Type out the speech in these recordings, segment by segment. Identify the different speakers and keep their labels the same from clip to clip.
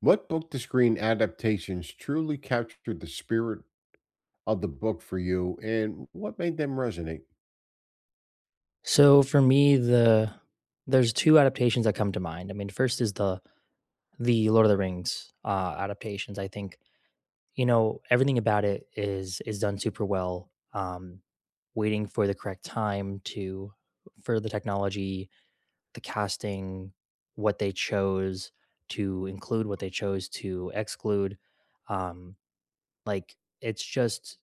Speaker 1: What book to screen adaptations truly captured the spirit of the book for you and what made them resonate?
Speaker 2: So for me, there's 2 adaptations that come to mind. I mean, first is the Lord of the Rings, adaptations. I think, you know, everything about it is done super well. Waiting for the correct time to for the technology, the casting, what they chose to include, what they chose to exclude. Um, it's just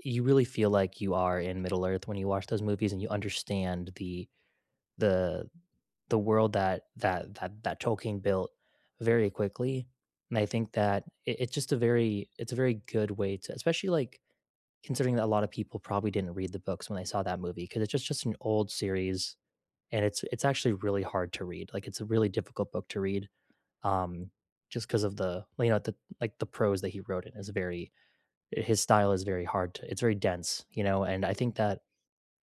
Speaker 2: you really feel like you are in Middle Earth when you watch those movies and you understand the the world that Tolkien built very quickly. And I think that it's just a very it's a very good way to, especially like considering that a lot of people probably didn't read the books when they saw that movie because it's just an old series and it's actually really hard to read. Like it's a really difficult book to read. Um, just because of the you know the like the prose that he wrote in is very his style is very hard to it's very dense, you know. And I think that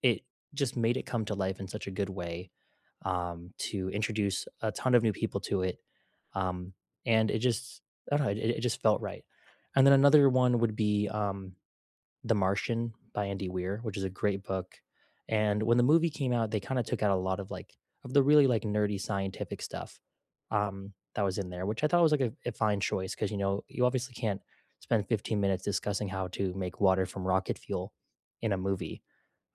Speaker 2: it just made it come to life in such a good way, to introduce a ton of new people to it. Um, and it just, I don't know, it just felt right. And then another one would be The Martian by Andy Weir, which is a great book. And when the movie came out, they kind of took out a lot of the really like nerdy scientific stuff that was in there, which I thought was like a fine choice because, you know, you obviously can't spend 15 minutes discussing how to make water from rocket fuel in a movie,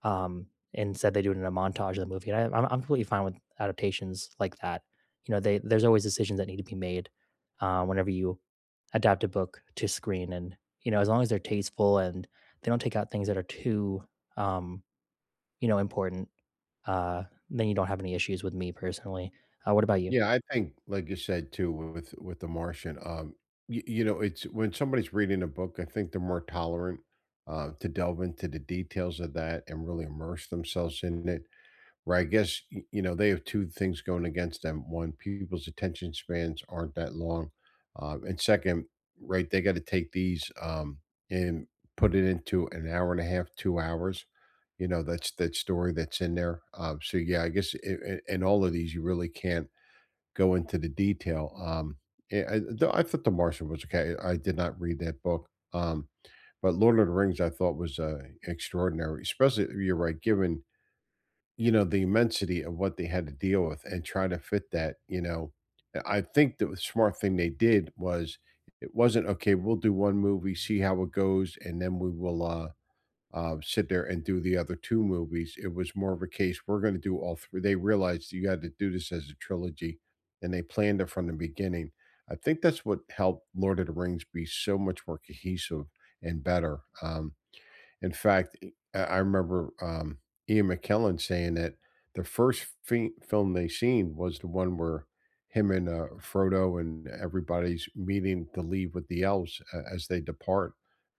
Speaker 2: um, instead they do it in a montage of the movie. And I'm completely fine with adaptations like that. You know, they there's always decisions that need to be made whenever you adapt a book to screen, and you know, as long as they're tasteful and they don't take out things that are too, um, you know, important, uh, then you don't have any issues with me personally. What about you?
Speaker 1: Yeah, I think like you said too with The Martian, you know, it's when somebody's reading a book, I think they're more tolerant to delve into the details of that and really immerse themselves in it. Right, I guess, y you know, they have two things going against them. one, people's attention spans aren't that long, and second, right, they gotta take these, and put it into an hour and a half, 2 hours, you know, that's that story that's in there, so, yeah, I guess I in all of these, you really can't go into the detail, I thought The Martian was okay. I did not read that book, but Lord of the Rings I thought was, extraordinary, especially you're right, given you know, the immensity of what they had to deal with and try to fit that, you know. I think the smart thing they did was it wasn't okay, we'll do one movie, see how it goes, and then we will sit there and do the other two movies. It was more of a case we're going to do all three. They realized you had to do this as a trilogy, and they planned it from the beginning. I think that's what helped Lord of the Rings be so much more cohesive and better. Um, in fact, e, I remember, Ian McKellen saying that the first fi film they seen was the one where him and, Frodo and everybody's meeting to leave with the elves a as they depart.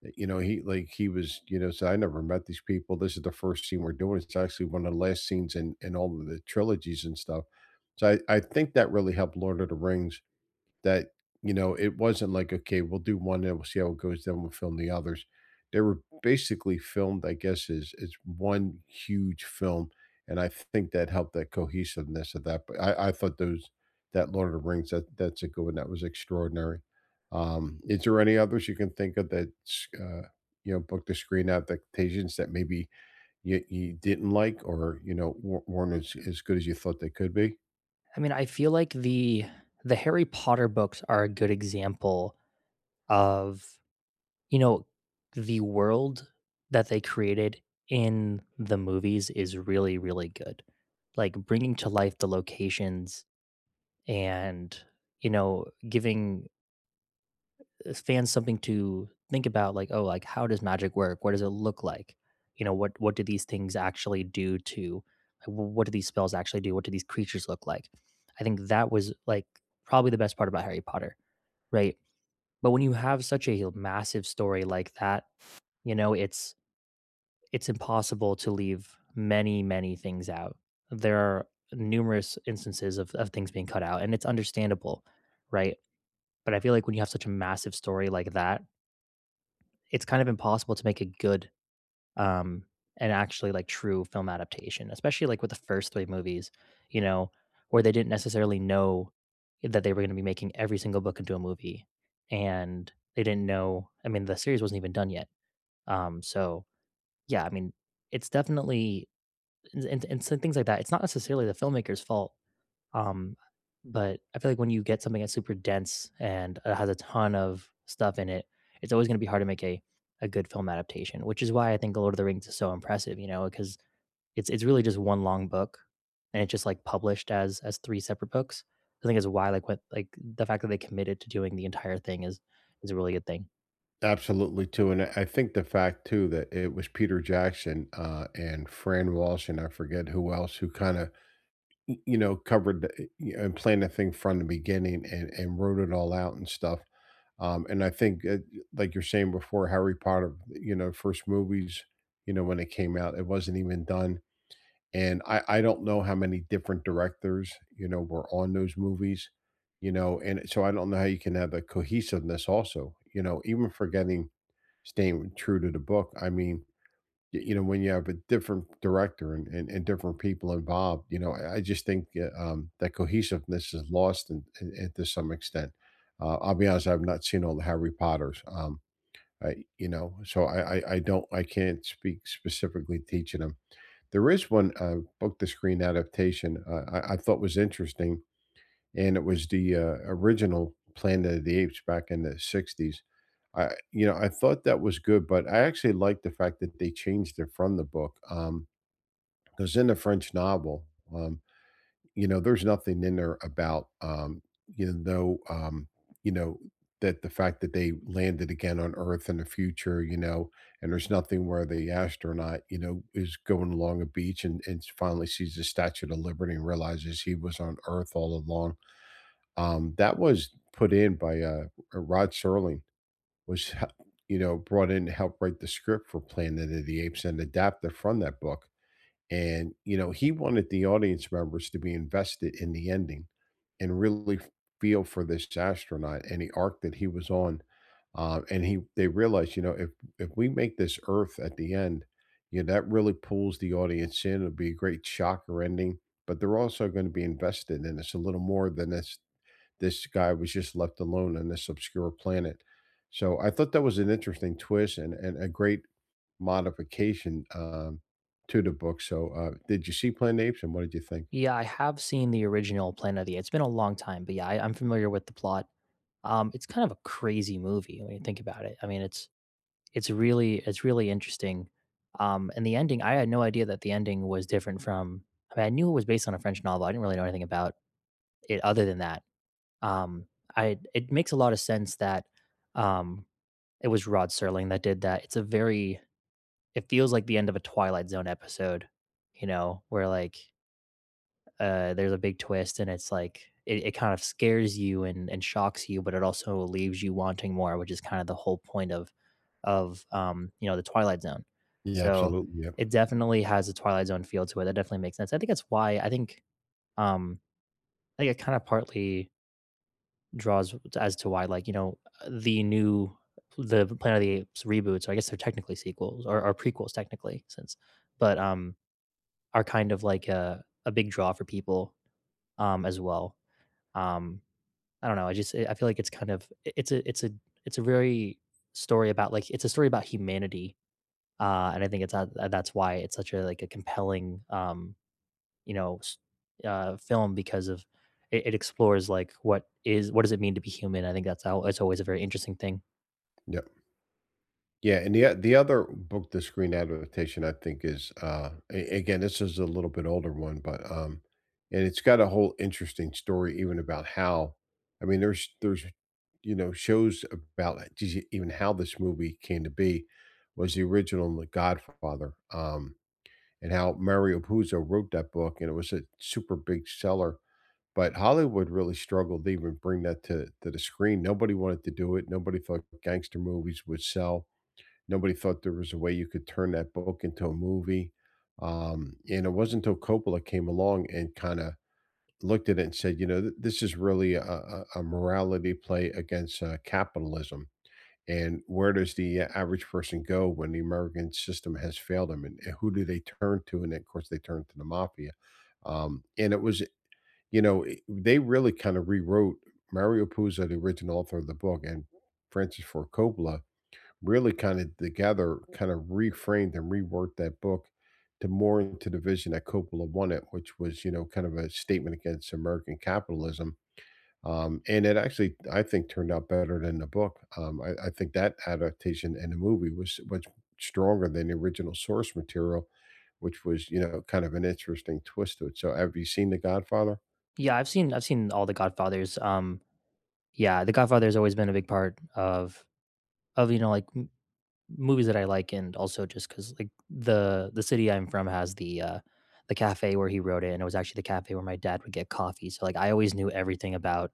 Speaker 1: You know, he was, you know, said, "I never met these people. This is the first scene we're doing." It's actually one of the last scenes in all of the trilogies and stuff. So I think that really helped Lord of the Rings that, you know, it wasn't like, "Okay, we'll do one and we'll see how it goes, then we'll film the others." They were basically filmed, I guess, as one huge film, and I think that helped that cohesiveness of that, but I thought those that Lord of the Rings, that's a good one, that was extraordinary. Is there any others you can think of that, uh, you know, book the screen adaptations that maybe you didn't like or, you know, weren't as good as you thought they could be?
Speaker 2: I mean, I feel like the Harry Potter books are a good example of, you know, the world that they created in the movies is really, really good. Like, bringing to life the locations and, you know, giving fans something to think about, like, "Oh, like, how does magic work? What does it look like?" You know, "What do these things actually do to what do these spells actually do? What do these creatures look like?" I think that was, like, probably the best part about Harry Potter, right? But when you have such a massive story like that, you know, it's impossible to leave many, many things out. There are numerous instances of things being cut out, and it's understandable, right? But I feel like when you have such a massive story like that, it's kind of impossible to make a good um and actually like true film adaptation, especially like with the first three movies, you know, where they didn't necessarily know that they were going to be making every single book into a movie. And they didn't know, I mean, the series wasn't even done yet. So yeah, I mean, it's definitely and so things like that. It's not necessarily the filmmaker's fault, um, but I feel like when you get something that's super dense and it has a ton of stuff in it, it's always going to be hard to make a good film adaptation, which is why I think Lord of the Rings is so impressive. You know, because it's really just one long book, and it's just like published as three separate books. I think is why like what like the fact that they committed to doing the entire thing is a really good thing.
Speaker 1: Absolutely, too, and I think the fact too that it was Peter Jackson, and Fran Walsh, and I forget who else who kinda, you know, covered the you know, and planned the thing from the beginning and wrote it all out and stuff, and I think, like you're saying before, Harry Potter, you know, first movies, you know, when it came out, it wasn't even done, and I don't know how many different directors, you know, were on those movies, you know, and so I don't know how you can have the cohesiveness also, you know, even forgetting staying true to the book. I mean, y you know, when you have a different director and different people involved, you know, I just think, that cohesiveness is lost in in to some extent. I'll be honest, I've not seen all the Harry Potters, I you know, so I don't I can't speak specifically teaching them. There is one, book-to-screen adaptation, I thought was interesting, and it was the, original Planet of the Apes back in the '60s. I you know, I thought that was good, but I actually like the fact that they changed it from the book. Because in the French novel, um, you know, there's nothing in there about, you know, that the fact that they landed again on Earth in the future, you know, and there's nothing where the astronaut, you know, is going along a beach and finally sees the Statue of Liberty and realizes he was on Earth all along. That was put in by, Rod Serling was h you know, brought in to help write the script for Planet of the Apes and adapt it from that book, and, you know, he wanted the audience members to be invested in the ending and really f feel for this astronaut and the arc that he was on, and he they realized, you know, if we make this Earth at the end, you know, that really pulls the audience in, it'll be a great shocker ending, but they're also gonna be invested in this a little more than it's this guy was just left alone on this obscure planet. So I thought that was an interesting twist and, a great modification, to the book. So, did you see Planet of the Apes and what did you think?
Speaker 2: Yeah, I have seen the original Planet of the Apes. It's been a long time, but yeah, I'm familiar with the plot. It's kind of a crazy movie when you think about it. I mean, it's really interesting. And the ending, I had no idea that the ending was different from. I mean, I knew it was based on a French novel. I didn't really know anything about it other than that. Um, I, it makes a lot of sense that, um, it was Rod Serling that did that. It's a very it feels like the end of a Twilight Zone episode, you know, where like there's a big twist and it's like it kind of scares you and shocks you, but it also leaves you wanting more, which is kind of the whole point of you know, the Twilight Zone.
Speaker 1: Yeah,
Speaker 2: So
Speaker 1: absolutely. Yep.
Speaker 2: it definitely has a Twilight Zone feel to it. That definitely makes sense. I think that's why I think, um I think it kind of partly draws as to why, like, you know, the new the Planet of the Apes reboot, so I guess they're technically sequels or prequels technically since, but are kind of like a big draw for people as well um, I don't know. I just I feel like it's kind of it's a it's a it's a very story about like it's a story about humanity, and I think it's that that's why it's such a like a compelling, you know, film because of it explores like what is what does it mean to be human. I think that's how it's always a very interesting thing.
Speaker 1: Yep. Yeah, and the other book the screen adaptation I think is, a again, this is a little bit older one, but, um, and it's got a whole interesting story even about how I mean, there's there's, you know, shows about it just even how this movie came to be, was the original The Godfather, and how Mario Puzo wrote that book, and it was a super big seller, but Hollywood really struggled to even bring that to the screen. Nobody wanted to do it, nobody thought gangster movies would sell. Nobody thought there was a way you could turn that book into a movie. And it wasn't until Coppola came along and kind of looked at it and said, you know, this is really a morality play against, capitalism. And where does the, average person go when the American system has failed them? And who do they turn to? And of course, they turn to the mafia. And it was, you know, they really kind of rewrote Mario Puzo, the original author of the book, and Francis Ford Coppola really kind of together kind of reframed and reworked that book to more into the vision that Coppola wanted, which was, you know, kind of a statement against American capitalism. And it actually, I think, turned out better than the book. I think that adaptation in the movie was much stronger than the original source material, which was, you know, kind of an interesting twist to it. So, have you seen The Godfather?
Speaker 2: Yeah, I've seen all the Godfathers. Yeah, the Godfather's always been a big part of you know like movies that I like, and also just because, like, the city I'm from has the, the cafe where he wrote it, and it was actually the cafe where my dad would get coffee. So, like, I always knew everything about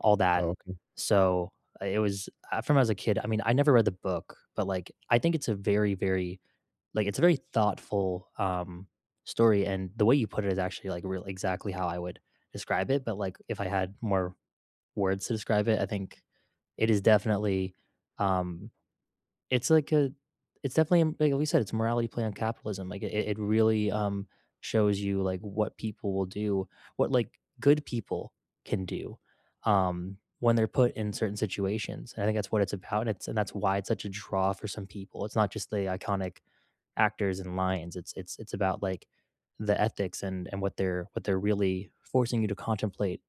Speaker 2: all that.
Speaker 1: Oh,
Speaker 2: So, it was from as a kid, I mean, I never read the book, but, like, I think it's a very, very like, it's a very thoughtful, story, and the way you put it is actually, like, real exactly how I would describe it, but, like, if I had more words to describe it, I think it is definitely, um it's like a it's definitely, like we said, it's a morality play on capitalism. Like, it really, shows you, like, what people will do, what, like, good people can do, when they're put in certain situations, and I think that's what it's about, and it's and that's why it's such a draw for some people. It's not just the iconic actors and lines, it's about, like, the ethics and what they're really forcing you to contemplate,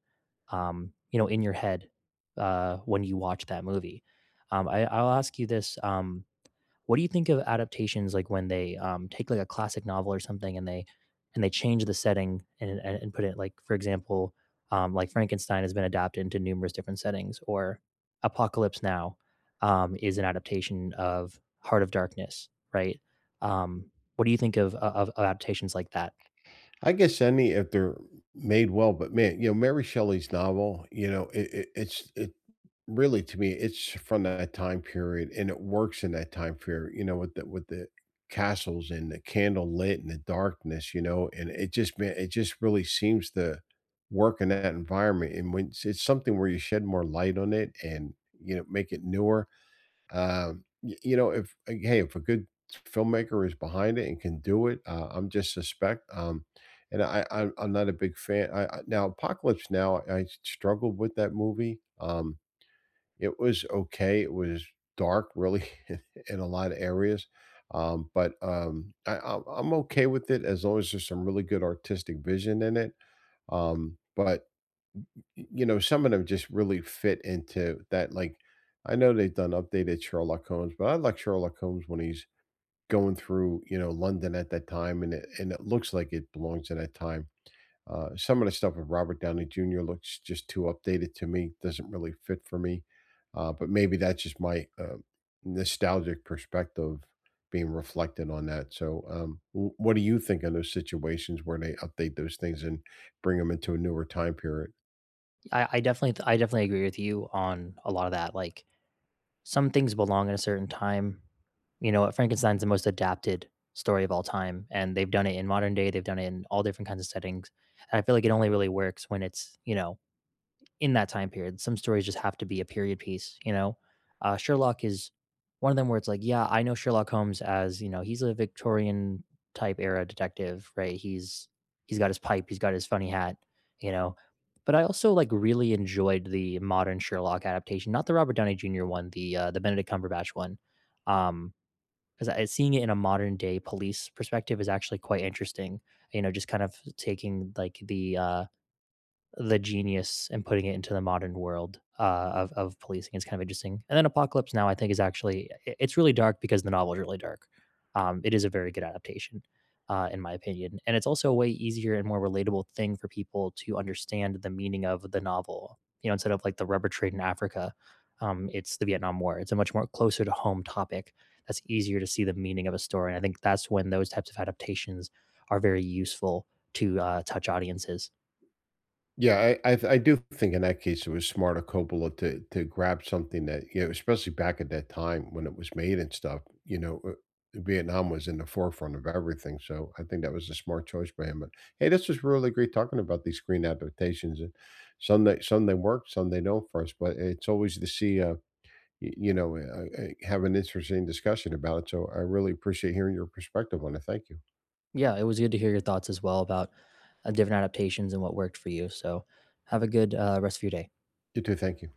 Speaker 2: you know, in your head, when you watch that movie. I'll ask you this, what do you think of adaptations like when they, take like a classic novel or something and they change the setting and put it like, for example, like Frankenstein has been adapted into numerous different settings, or Apocalypse Now, is an adaptation of Heart of Darkness, right? Um, what do you think of of adaptations like that?
Speaker 1: I guess any if they're made well, but man, you know, Mary Shelley's novel, you know, it really, to me, it's from that time period, and it works in that time period, you know, with the castles and the candle lit and the darkness, you know, and it just man, it just really seems to work in that environment, and when it's something where you shed more light on it and you know make it newer, you know, if, hey, if a good filmmaker is behind it and can do it, I'm just suspect. And I'm not a big fan. Now, Apocalypse Now, I struggled with that movie. It was okay. It was dark, really, in a lot of areas. But I, I'm okay with it as long as there's some really good artistic vision in it. But you know, some of them just really fit into that. Like, I know they've done updated Sherlock Holmes, but I like Sherlock Holmes when he's going through, you know, London at that time, and it looks like it belongs in that time. Some of the stuff with Robert Downey Jr. looks just too updated to me; doesn't really fit for me. But maybe that's just my, nostalgic perspective being reflected on that. So, what do you think of those situations where they update those things and bring them into a newer time period?
Speaker 2: I definitely agree with you on a lot of that. Like, some things belong in a certain time. You know, Frankenstein's the most adapted story of all time, and they've done it in modern day. They've done it in all different kinds of settings. And I feel like it only really works when it's, you know, in that time period. Some stories just have to be a period piece, you know. Sherlock is one of them where it's like, yeah, I know Sherlock Holmes, as you know, he's a Victorian type era detective, right? He's got his pipe, he's got his funny hat, you know. But I also like really enjoyed the modern Sherlock adaptation, not the Robert Downey Jr. one, the Benedict Cumberbatch one, um, because seeing it in a modern day police perspective is actually quite interesting. You know, just kind of taking like the, the genius and putting it into the modern world of policing is kind of interesting. And then Apocalypse Now, I think, is actually it's really dark because the novel is really dark. It is a very good adaptation, in my opinion, and it's also a way easier and more relatable thing for people to understand the meaning of the novel. You know, instead of like the rubber trade in Africa, it's the Vietnam War. It's a much more closer to home topic. That's easier to see the meaning of a story, and I think that's when those types of adaptations are very useful to touch audiences.
Speaker 1: Yeah, I do think in that case, it was smarter Coppola to grab something that, you know, especially back at that time when it was made and stuff, you know, Vietnam was in the forefront of everything, so I think that was a smart choice by him, but, hey, this was really great talking about these screen adaptations, and some that some they work, some they don't for us, but it's always to see, y you know, have an interesting discussion about it, so I really appreciate hearing your perspective on it. Thank you.
Speaker 2: Yeah, it was good to hear your thoughts as well about different adaptations and what worked for you. So, have a good rest of your day.
Speaker 1: You too, thank you.